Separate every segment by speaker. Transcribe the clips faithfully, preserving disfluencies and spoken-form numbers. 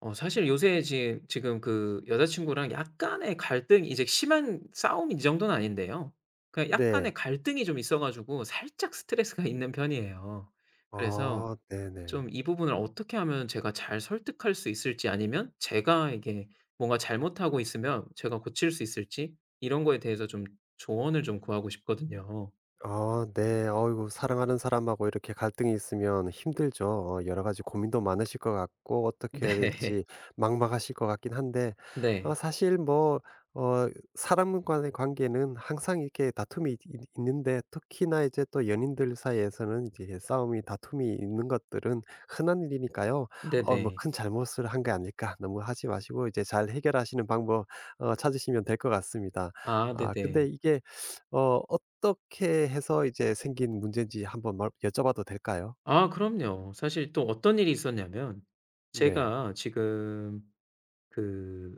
Speaker 1: 어 사실 요새 지 지금 그 여자친구랑 약간의 갈등이 이제, 심한 싸움 이 정도는 아닌데요. 그냥 약간의
Speaker 2: 네.
Speaker 1: 갈등이 좀 있어 가지고 살짝 스트레스가 있는 편이에요. 그래서
Speaker 2: 아
Speaker 1: 좀
Speaker 2: 네네.
Speaker 1: 이 부분을 어떻게 하면 제가 잘 설득할 수 있을지, 아니면 제가 이게 뭔가 잘못하고 있으면 제가 고칠 수 있을지, 이런 거에 대해서 좀 조언을 좀 구하고 싶거든요.
Speaker 2: 어, 네. 어이고, 사랑하는 사람하고 이렇게 갈등이 있으면 힘들죠. 어 여러 가지 고민도 많으실 것 같고, 어떻게 해야
Speaker 1: 네.
Speaker 2: 될지 막막하실 것 같긴 한데 어
Speaker 1: 네.
Speaker 2: 사실 뭐 어 사람 간의 관계는 항상 이렇게 다툼이 있 있 있는데 특히나 이제 또 연인들 사이에서는 이제 싸움이 다툼이 있는 것들은 흔한 일이니까요. 어 뭐
Speaker 1: 네네.
Speaker 2: '큰 잘못을 한 게 아닐까.' 너무 하지 마시고, 이제 잘 해결하시는 방법 어 찾으시면 될 것 같습니다.
Speaker 1: 아,
Speaker 2: 아 근데
Speaker 1: 네네.
Speaker 2: 이게 어 어떻게 해서 이제 생긴 문제인지 한번 말 여쭤봐도 될까요?
Speaker 1: 아, 그럼요. 사실 또 어떤 일이 있었냐면,
Speaker 2: 네.
Speaker 1: 제가 지금 그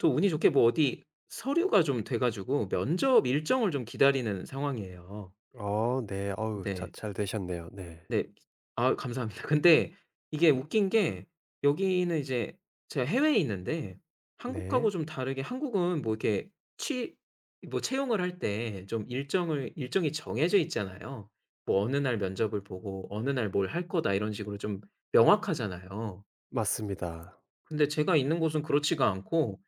Speaker 1: 또 운이 좋게 뭐 어디 서류가 좀 돼 가지고 면접 일정을 좀 기다리는 상황이에요.
Speaker 2: 어 네. 어우 잘
Speaker 1: 네.
Speaker 2: 잘 되셨네요. 네.
Speaker 1: 네. 아, 감사합니다. 근데 이게 웃긴 게, 여기는 이제 제가 해외에 있는데
Speaker 2: 네.
Speaker 1: 한국하고 좀 다르게, 한국은 뭐 이렇게 취 뭐 채용을 할 때 좀 일정을 일정이 정해져 있잖아요. 뭐 어느 날 면접을 보고 어느 날 뭘 할 거다 이런 식으로 좀 명확하잖아요.
Speaker 2: 맞습니다.
Speaker 1: 근데 제가 있는 곳은 그렇지가 않고,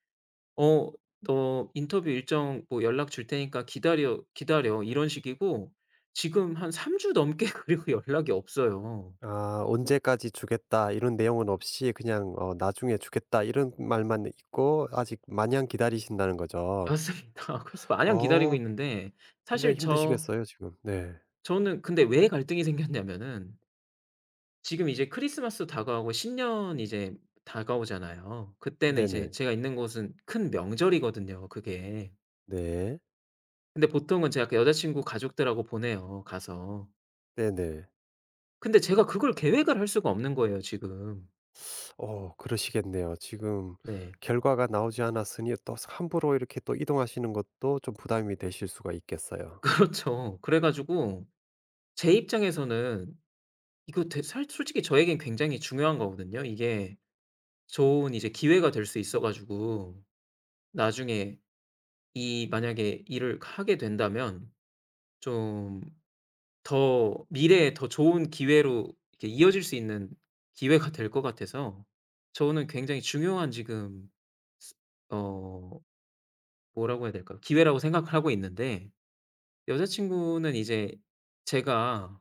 Speaker 1: "어, 너 인터뷰 일정 뭐 연락 줄 테니까 기다려, 기다려." 이런 식이고, 지금 한 삼 주 넘게 그리고 연락이 없어요.
Speaker 2: 아 "언제까지 주겠다." 이런 내용은 없이, 그냥 어 "나중에 주겠다." 이런 말만 있고 아직 마냥 기다리신다는 거죠.
Speaker 1: 맞습니다. 그래서 마냥 기다리고
Speaker 2: 어
Speaker 1: 있는데
Speaker 2: 굉장히
Speaker 1: 사실 저
Speaker 2: 힘드시겠어요 지금. 네.
Speaker 1: 저는 근데 왜 갈등이 생겼냐면은, 지금 이제 크리스마스 다가오고 신년 이제 다가오잖아요. 그때는 이제
Speaker 2: 네네.
Speaker 1: 제가 있는 곳은 큰 명절이거든요, 그게.
Speaker 2: 네.
Speaker 1: 근데 보통은 제가 그 여자 친구 가족들하고 보내요, 가서.
Speaker 2: 네네.
Speaker 1: 근데 제가 그걸 계획을 할 수가 없는 거예요 지금.
Speaker 2: 어 그러시겠네요. 지금
Speaker 1: 네.
Speaker 2: 결과가 나오지 않았으니 또 함부로 이렇게 또 이동하시는 것도 좀 부담이 되실 수가 있겠어요.
Speaker 1: 그렇죠. 그래 가지고 제 입장에서는 이거 되 살 솔직히 저에겐 굉장히 중요한 거거든요, 이게. 좋은 이제 기회가 될 수 있어 가지고, 나중에 이 만약에 일을 하게 된다면 좀 더 미래에 더 좋은 기회로 이렇게 이어질 수 있는 기회가 될 것 같아서, 저는 굉장히 중요한 지금, 스 어 뭐라고 해야 될까요? 기회라고 생각을 하고 있는데, 여자 친구는 이제 제가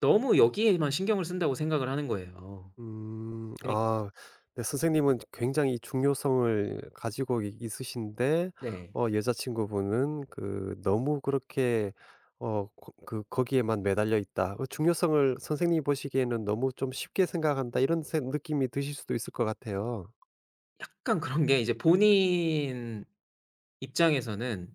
Speaker 1: 너무 여기에만 신경을 쓴다고 생각을 하는 거예요.
Speaker 2: 음.
Speaker 1: 그니
Speaker 2: 아 네, 선생님은 굉장히 중요성을 가지고 이 있으신데,
Speaker 1: 네.
Speaker 2: 어 여자친구분은 그 너무 그렇게 어 거 그 거기에만 매달려 있다, 어 중요성을 선생님이 보시기에는 '너무 좀 쉽게 생각한다.' 이런 세- 느낌이 드실 수도 있을 것 같아요.
Speaker 1: 약간 그런 게 이제 본인 입장에서는,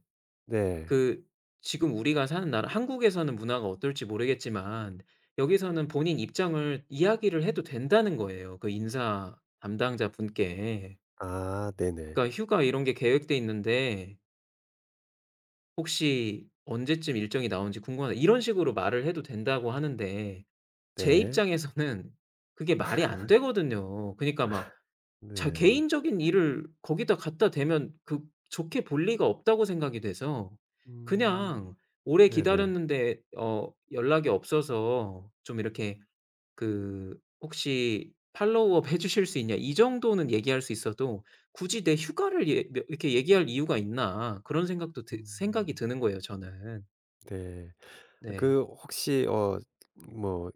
Speaker 2: 네.
Speaker 1: 그 지금 우리가 사는 나라 한국에서는 문화가 어떨지 모르겠지만, 여기서는 본인 입장을 이야기를 해도 된다는 거예요, 그 인사 담당자분께.
Speaker 2: 아 네네.
Speaker 1: 그러니까 "휴가 이런 게 계획돼 있는데 혹시 언제쯤 일정이 나오는지 궁금하다." 이런 식으로 말을 해도 된다고 하는데, 제
Speaker 2: 네.
Speaker 1: 입장에서는 그게 말이 안 되거든요. 그니까 막 자
Speaker 2: 네.
Speaker 1: 개인적인 일을 거기다 갖다 대면, 그 좋게 볼 리가 없다고 생각이 돼서,
Speaker 2: 음.
Speaker 1: 그냥 오래
Speaker 2: 네네.
Speaker 1: 기다렸는데 어 연락이 없어서 좀 이렇게 그 "혹시 팔로우업 해 주실 수 있냐?" 이 정도는 얘기할 수 있어도, 굳이 내 휴가를 예 며 이렇게 얘기할 이유가 있나, 그런 생각도 드 생각이
Speaker 2: 음.
Speaker 1: 드는 거예요, 저는.
Speaker 2: 네. 아,
Speaker 1: 네.
Speaker 2: 그 혹시 어 뭐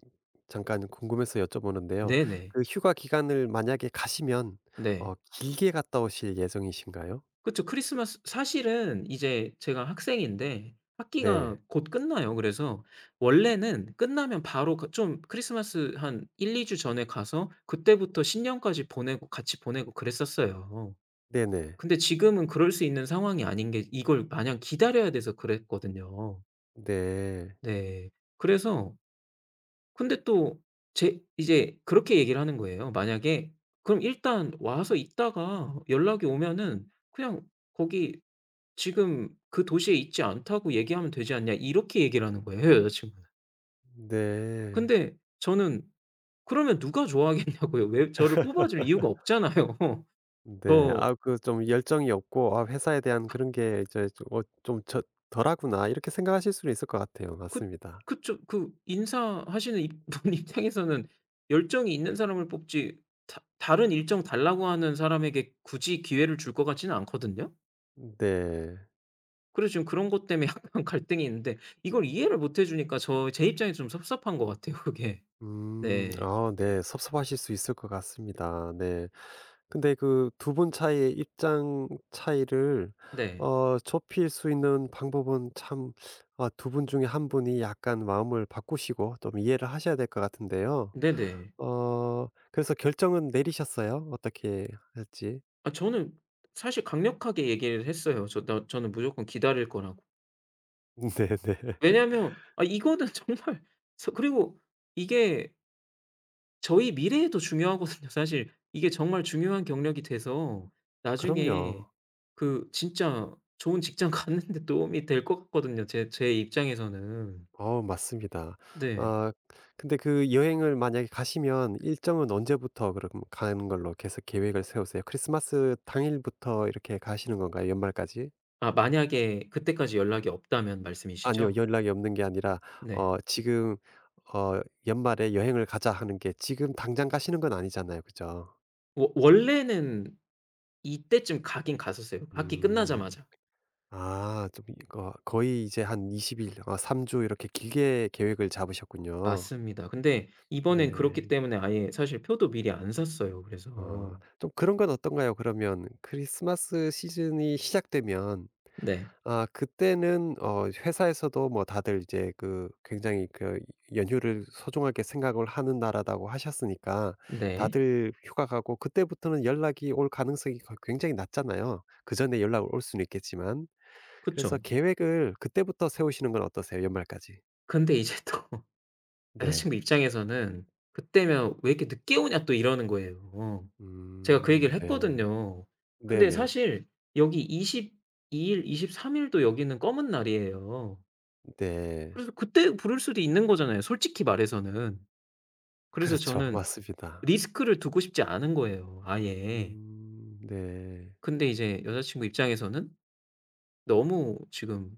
Speaker 2: 잠깐 궁금해서 여쭤보는데요.
Speaker 1: 네네.
Speaker 2: 그 휴가 기간을 만약에 가시면
Speaker 1: 네.
Speaker 2: 어 길게 갔다 오실 예정이신가요?
Speaker 1: 그쵸. 크리스마스, 사실은 이제 제가 학생인데 학기가
Speaker 2: 네.
Speaker 1: 곧 끝나요. 그래서 원래는 끝나면 바로 그 좀 크리스마스 한 한두 주 전에 가서 그때부터 신년까지 보내고 같이 보내고 그랬었어요.
Speaker 2: 네네.
Speaker 1: 근데 지금은 그럴 수 있는 상황이 아닌 게, 이걸 마냥 기다려야 돼서 그랬거든요.
Speaker 2: 네.
Speaker 1: 네. 그래서, 근데 또 제 이제 그렇게 얘기를 하는 거예요. 만약에 "그럼 일단 와서 있다가 연락이 오면은 그냥 거기 지금 '그 도시에 있지 않다.'고 얘기하면 되지 않냐?" 이렇게 얘기를 하는 거예요, 여자친구는.
Speaker 2: 네.
Speaker 1: 근데 저는, 그러면 누가 좋아하겠냐고요. 왜 저를 뽑아줄 이유가 없잖아요.
Speaker 2: 네.
Speaker 1: 저
Speaker 2: 아 그 좀 열정이 없고 '아 회사에 대한 그런 게 이제 좀 어 좀 저 덜하구나.' 이렇게 생각하실 수는 있을 것 같아요.
Speaker 1: 그
Speaker 2: 맞습니다.
Speaker 1: 그쵸. 그 인사하시는 입 분 입장에서는 열정이 있는 사람을 뽑지, 다 다른 일정 달라고 하는 사람에게 굳이 기회를 줄 것 같지는 않거든요.
Speaker 2: 네.
Speaker 1: 그래서 지금 그런 것 때문에 약간 갈등이 있는데, 이걸 이해를 못 해 주니까 저 제 입장에서 좀 섭섭한 것 같아요, 그게.
Speaker 2: 음.
Speaker 1: 네.
Speaker 2: 아 네. 섭섭하실 수 있을 것 같습니다. 네. 근데 그 두 분 차이의 입장 차이를
Speaker 1: 네.
Speaker 2: 어 좁힐 수 있는 방법은 참, 아 두 분 중에 한 분이 약간 마음을 바꾸시고 좀 이해를 하셔야 될 것 같은데요.
Speaker 1: 네네.
Speaker 2: 어 그래서 결정은 내리셨어요? 어떻게 할지?
Speaker 1: 아, 저는 사실 강력하게 얘기를 했어요. 저 나 저는 무조건 기다릴 거라고.
Speaker 2: 네네.
Speaker 1: 왜냐하면 아, 이거는 정말 서 그리고, 이게 저희 미래에도 중요하거든요, 사실. 이게 정말 중요한 경력이 돼서,
Speaker 2: 그럼요.
Speaker 1: 나중에 그 진짜 좋은 직장 갖는 데 도움이 될 것 같거든요, 제 제 입장에서는.
Speaker 2: 어 맞습니다.
Speaker 1: 네.
Speaker 2: 아 근데 그 여행을 만약에 가시면 일정은 언제부터 그럼 가는 걸로 계속 계획을 세우세요? 크리스마스 당일부터 이렇게 가시는 건가요? 연말까지?
Speaker 1: 아, 만약에 그때까지 연락이 없다면
Speaker 2: 아니요.
Speaker 1: 말씀이시죠?
Speaker 2: 연락이 없는 게 아니라
Speaker 1: 네.
Speaker 2: 어 지금 어 "연말에 여행을 가자." 하는 게 지금 당장 가시는 건 아니잖아요. 그죠?
Speaker 1: 워 원래는 이때쯤 가긴 갔었어요, 학기
Speaker 2: 음.
Speaker 1: 끝나자마자.
Speaker 2: 아 좀 이거 거의 이제 한 이십 일 어 삼 주 이렇게 길게 계획을 잡으셨군요.
Speaker 1: 맞습니다. 근데 이번엔 그렇기
Speaker 2: 네.
Speaker 1: 때문에 아예 사실 표도 미리 안 샀어요.
Speaker 2: 아.
Speaker 1: 그래서.
Speaker 2: 좀 그런 건 어떤가요? 그러면 크리스마스 시즌이 시작되면
Speaker 1: 네.
Speaker 2: 아 그때는 어 회사에서도 뭐 다들 이제 그 굉장히 그 연휴를 소중하게 생각을 하는 나라다고 하셨으니까
Speaker 1: 네.
Speaker 2: 다들 휴가 가고, 그때부터는 연락이 올 가능성이 거 굉장히 낮잖아요. 그전에 연락 올 수는 있겠지만. 그래서
Speaker 1: 그쵸.
Speaker 2: 계획을 그때부터 세우시는 건 어떠세요? 연말까지.
Speaker 1: 근데 이제 또
Speaker 2: 네.
Speaker 1: 여자친구 입장에서는 "그때면 왜 이렇게 늦게 오냐?" 또 이러는 거예요. 제가 그
Speaker 2: 음
Speaker 1: 얘기를
Speaker 2: 네.
Speaker 1: 했거든요. 근데
Speaker 2: 네네.
Speaker 1: 사실 여기 이십이 일, 23 일도 여기는 검은 날이에요.
Speaker 2: 네.
Speaker 1: 그래서 그때 부를 수도 있는 거잖아요, 솔직히 말해서는. 그래서
Speaker 2: 그렇죠.
Speaker 1: 저는
Speaker 2: 맞습니다.
Speaker 1: 리스크를 두고 싶지 않은 거예요, 아예.
Speaker 2: 음 네.
Speaker 1: 근데 이제 여자친구 입장에서는 너무 지금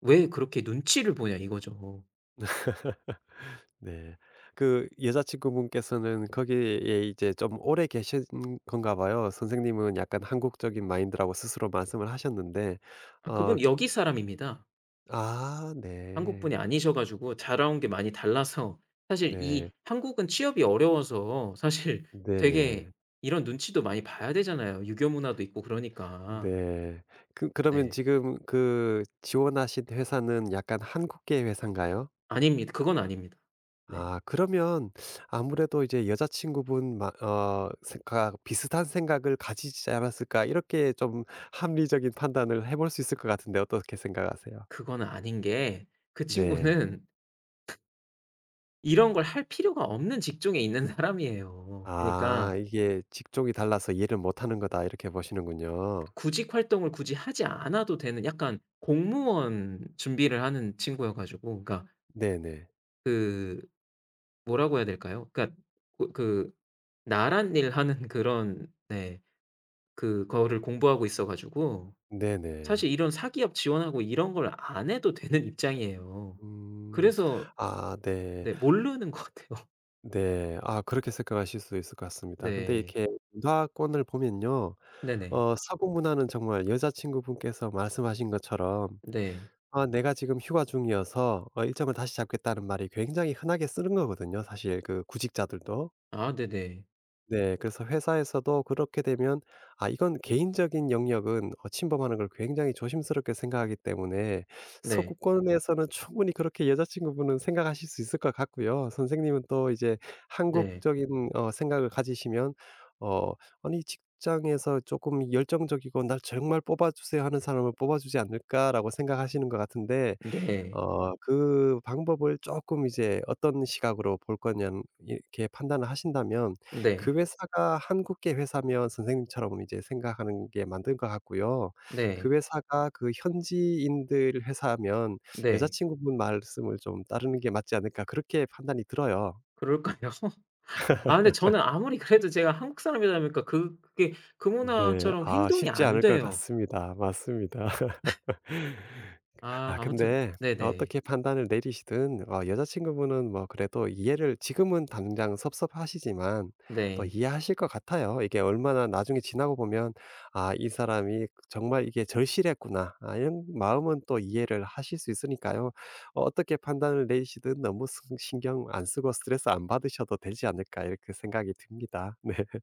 Speaker 1: '왜 그렇게 눈치를 보냐.' 이거죠.
Speaker 2: 네. 그 여자친구분께서는 거기에 이제 좀 오래 계신 건가 봐요. 선생님은 약간 한국적인 마인드라고 스스로 말씀을 하셨는데
Speaker 1: 아,
Speaker 2: 어
Speaker 1: 그분 여기 사람입니다.
Speaker 2: 아
Speaker 1: 한국
Speaker 2: 네.
Speaker 1: 분이 아니셔 가지고 자라온 게 많이 달라서, 사실 이
Speaker 2: 네.
Speaker 1: 한국은 취업이 어려워서 사실
Speaker 2: 네네.
Speaker 1: 되게 이런 눈치도 많이 봐야 되잖아요. 유교 문화도 있고 그러니까.
Speaker 2: 네. 그 그러면
Speaker 1: 네.
Speaker 2: 지금 그 지원하신 회사는 약간 한국계 회사인가요?
Speaker 1: 아닙니다. 그건 아닙니다. 네.
Speaker 2: 아 그러면 아무래도 이제 여자친구분 마 어 생각 '비슷한 생각을 가지지 않았을까.' 이렇게 좀 합리적인 판단을 해볼 수 있을 것 같은데 어떻게 생각하세요?
Speaker 1: 그건 아닌 게, 그
Speaker 2: 네.
Speaker 1: 친구는 이런 걸 할 필요가 없는 직종에 있는 사람이에요. 그니까
Speaker 2: 아
Speaker 1: 러
Speaker 2: 이게 '직종이 달라서 이해를 못 하는 거다.' 이렇게 보시는군요.
Speaker 1: 구직 활동을 굳이 하지 않아도 되는, 약간 공무원 준비를 하는 친구여 가지고 그러니까
Speaker 2: 네네.
Speaker 1: 그 뭐라고 해야 될까요? 그러니까 그 그 나랏일 하는 그런, 네, 그거를 공부하고 있어 가지고
Speaker 2: 네네.
Speaker 1: 사실 이런 사기업 지원하고 이런 걸 안 해도 되는 입장이에요.
Speaker 2: 음.
Speaker 1: 그래서,
Speaker 2: 아 네.
Speaker 1: 네, 모르는 것 같아요.
Speaker 2: 네. 아 그렇게 생각하실 수 있을 것 같습니다. 근데
Speaker 1: 네.
Speaker 2: 이렇게 문화권을 보면요.
Speaker 1: 네네.
Speaker 2: 어 서구 문화는 정말 여자친구분께서 말씀하신 것처럼
Speaker 1: 네.
Speaker 2: 아 "내가 지금 휴가 중이어서 어 일정을 다시 잡겠다."는 말이 굉장히 흔하게 쓰는 거거든요, 사실 그 구직자들도.
Speaker 1: 아, 네네.
Speaker 2: 네 그래서 회사에서도 그렇게 되면 아 이건 개인적인 영역은 어 침범하는 걸 굉장히 조심스럽게 생각하기 때문에
Speaker 1: 네.
Speaker 2: 서구권에서는 충분히 그렇게 여자친구분은 생각하실 수 있을 것 같고요. 선생님은 또 이제
Speaker 1: 네.
Speaker 2: 한국적인 어 생각을 가지시면 어 아니 '직장에서 조금 열정적이고 날 정말 뽑아 주세요 하는 사람을 뽑아 주지 않을까?'라고 생각하시는 것 같은데
Speaker 1: 네.
Speaker 2: 어 그 방법을 조금 이제 어떤 시각으로 볼 거냐 이렇게 판단을 하신다면 그
Speaker 1: 네.
Speaker 2: 회사가 한국계 회사면 선생님처럼 이제 생각하는 게 맞는 것 같고요. 그
Speaker 1: 네.
Speaker 2: 회사가 그 현지인들 회사면
Speaker 1: 네.
Speaker 2: 여자친구분 말씀을 좀 따르는 게 맞지 않을까 그렇게 판단이 들어요.
Speaker 1: 그럴까요? 아, 근데 저는 아무리 그래도 제가 한국 사람이다 보니까 그 그게 그
Speaker 2: 네.
Speaker 1: 문화처럼
Speaker 2: 아
Speaker 1: 행동이
Speaker 2: 쉽지
Speaker 1: 안
Speaker 2: 않을 것
Speaker 1: 돼요.
Speaker 2: 같습니다. 맞습니다.
Speaker 1: 아,
Speaker 2: 아
Speaker 1: 아무튼
Speaker 2: 근데
Speaker 1: 네네.
Speaker 2: 어떻게 판단을 내리시든 어 여자친구분은 뭐 그래도 이해를, 지금은 당장 섭섭하시지만 또
Speaker 1: 네.
Speaker 2: 이해하실 것 같아요. 이게 얼마나 나중에 지나고 보면 '아 이 사람이 정말 이게 절실했구나.' 아 이런 마음은 또 이해를 하실 수 있으니까요. 어, 어떻게 판단을 내리시든 너무 스 신경 안 쓰고 스트레스 안 받으셔도 되지 않을까 이렇게 생각이 듭니다. 네.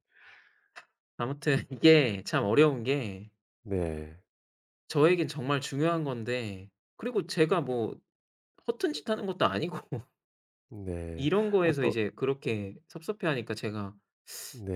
Speaker 1: 아무튼 이게 참 어려운 게,
Speaker 2: 네.
Speaker 1: 저에겐 정말 중요한 건데, 그리고 제가 뭐 허튼 짓 하는 것도 아니고
Speaker 2: 네.
Speaker 1: 이런
Speaker 2: 아
Speaker 1: 거에서
Speaker 2: 또
Speaker 1: 이제 그렇게 섭섭해하니까 제가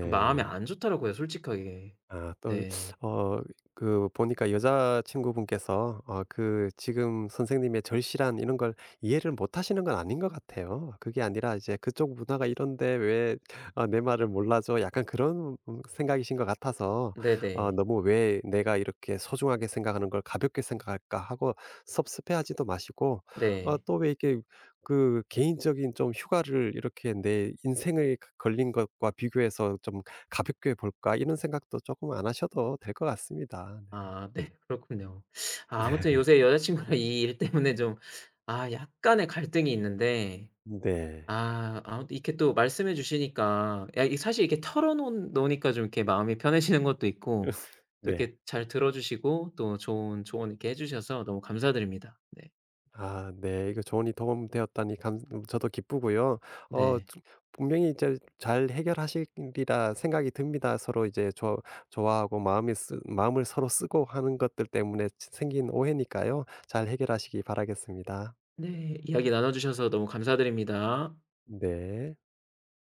Speaker 1: 좀 마음이 안 좋더라고요, 솔직하게.
Speaker 2: 아 또
Speaker 1: 네.
Speaker 2: 어 그 보니까 여자친구분께서 어 그 지금 선생님의 절실한 이런 걸 이해를 못 하시는 건 아닌 것 같아요. 그게 아니라 이제 '그쪽 문화가 이런데 왜 어, 내 말을 몰라줘.' 약간 그런 음 생각이신 것 같아서 어
Speaker 1: 네네.
Speaker 2: '너무 왜 내가 이렇게 소중하게 생각하는 걸 가볍게 생각할까.' 하고 섭섭해하지도 마시고 어
Speaker 1: 네.
Speaker 2: 또 왜 이렇게 그 개인적인 좀 휴가를 이렇게 내 인생에 그 걸린 것과 비교해서 좀 '가볍게 볼까?' 이런 생각도 조금 안 하셔도 될 것 같습니다. 네.
Speaker 1: 아, 네. 그렇군요. 아, 아무튼 요새 여자친구랑 이 일 때문에 좀 아 약간의 갈등이 있는데,
Speaker 2: 네.
Speaker 1: 아, 아무튼 이렇게 또 말씀해 주시니까, 야 이 사실 이렇게 털어 놓 놓으니까 좀 이렇게 마음이 편해지는 것도 있고, 또
Speaker 2: 네.
Speaker 1: 이렇게 잘 들어 주시고 또 좋은 조언 이렇게 해 주셔서 너무 감사드립니다. 네.
Speaker 2: 아 네. 이거 조언이 도움 되었다니 감 저도 기쁘고요. 어
Speaker 1: 네.
Speaker 2: 주- 분명히 이제 잘 해결하시리라 생각이 듭니다. 서로 이제 좋아 좋아하고 마음이 쓰 마음을 서로 쓰고 하는 것들 때문에 생긴 오해니까요. 잘 해결하시기 바라겠습니다.
Speaker 1: 네. 이야기 나눠 주셔서 너무 감사드립니다.
Speaker 2: 네.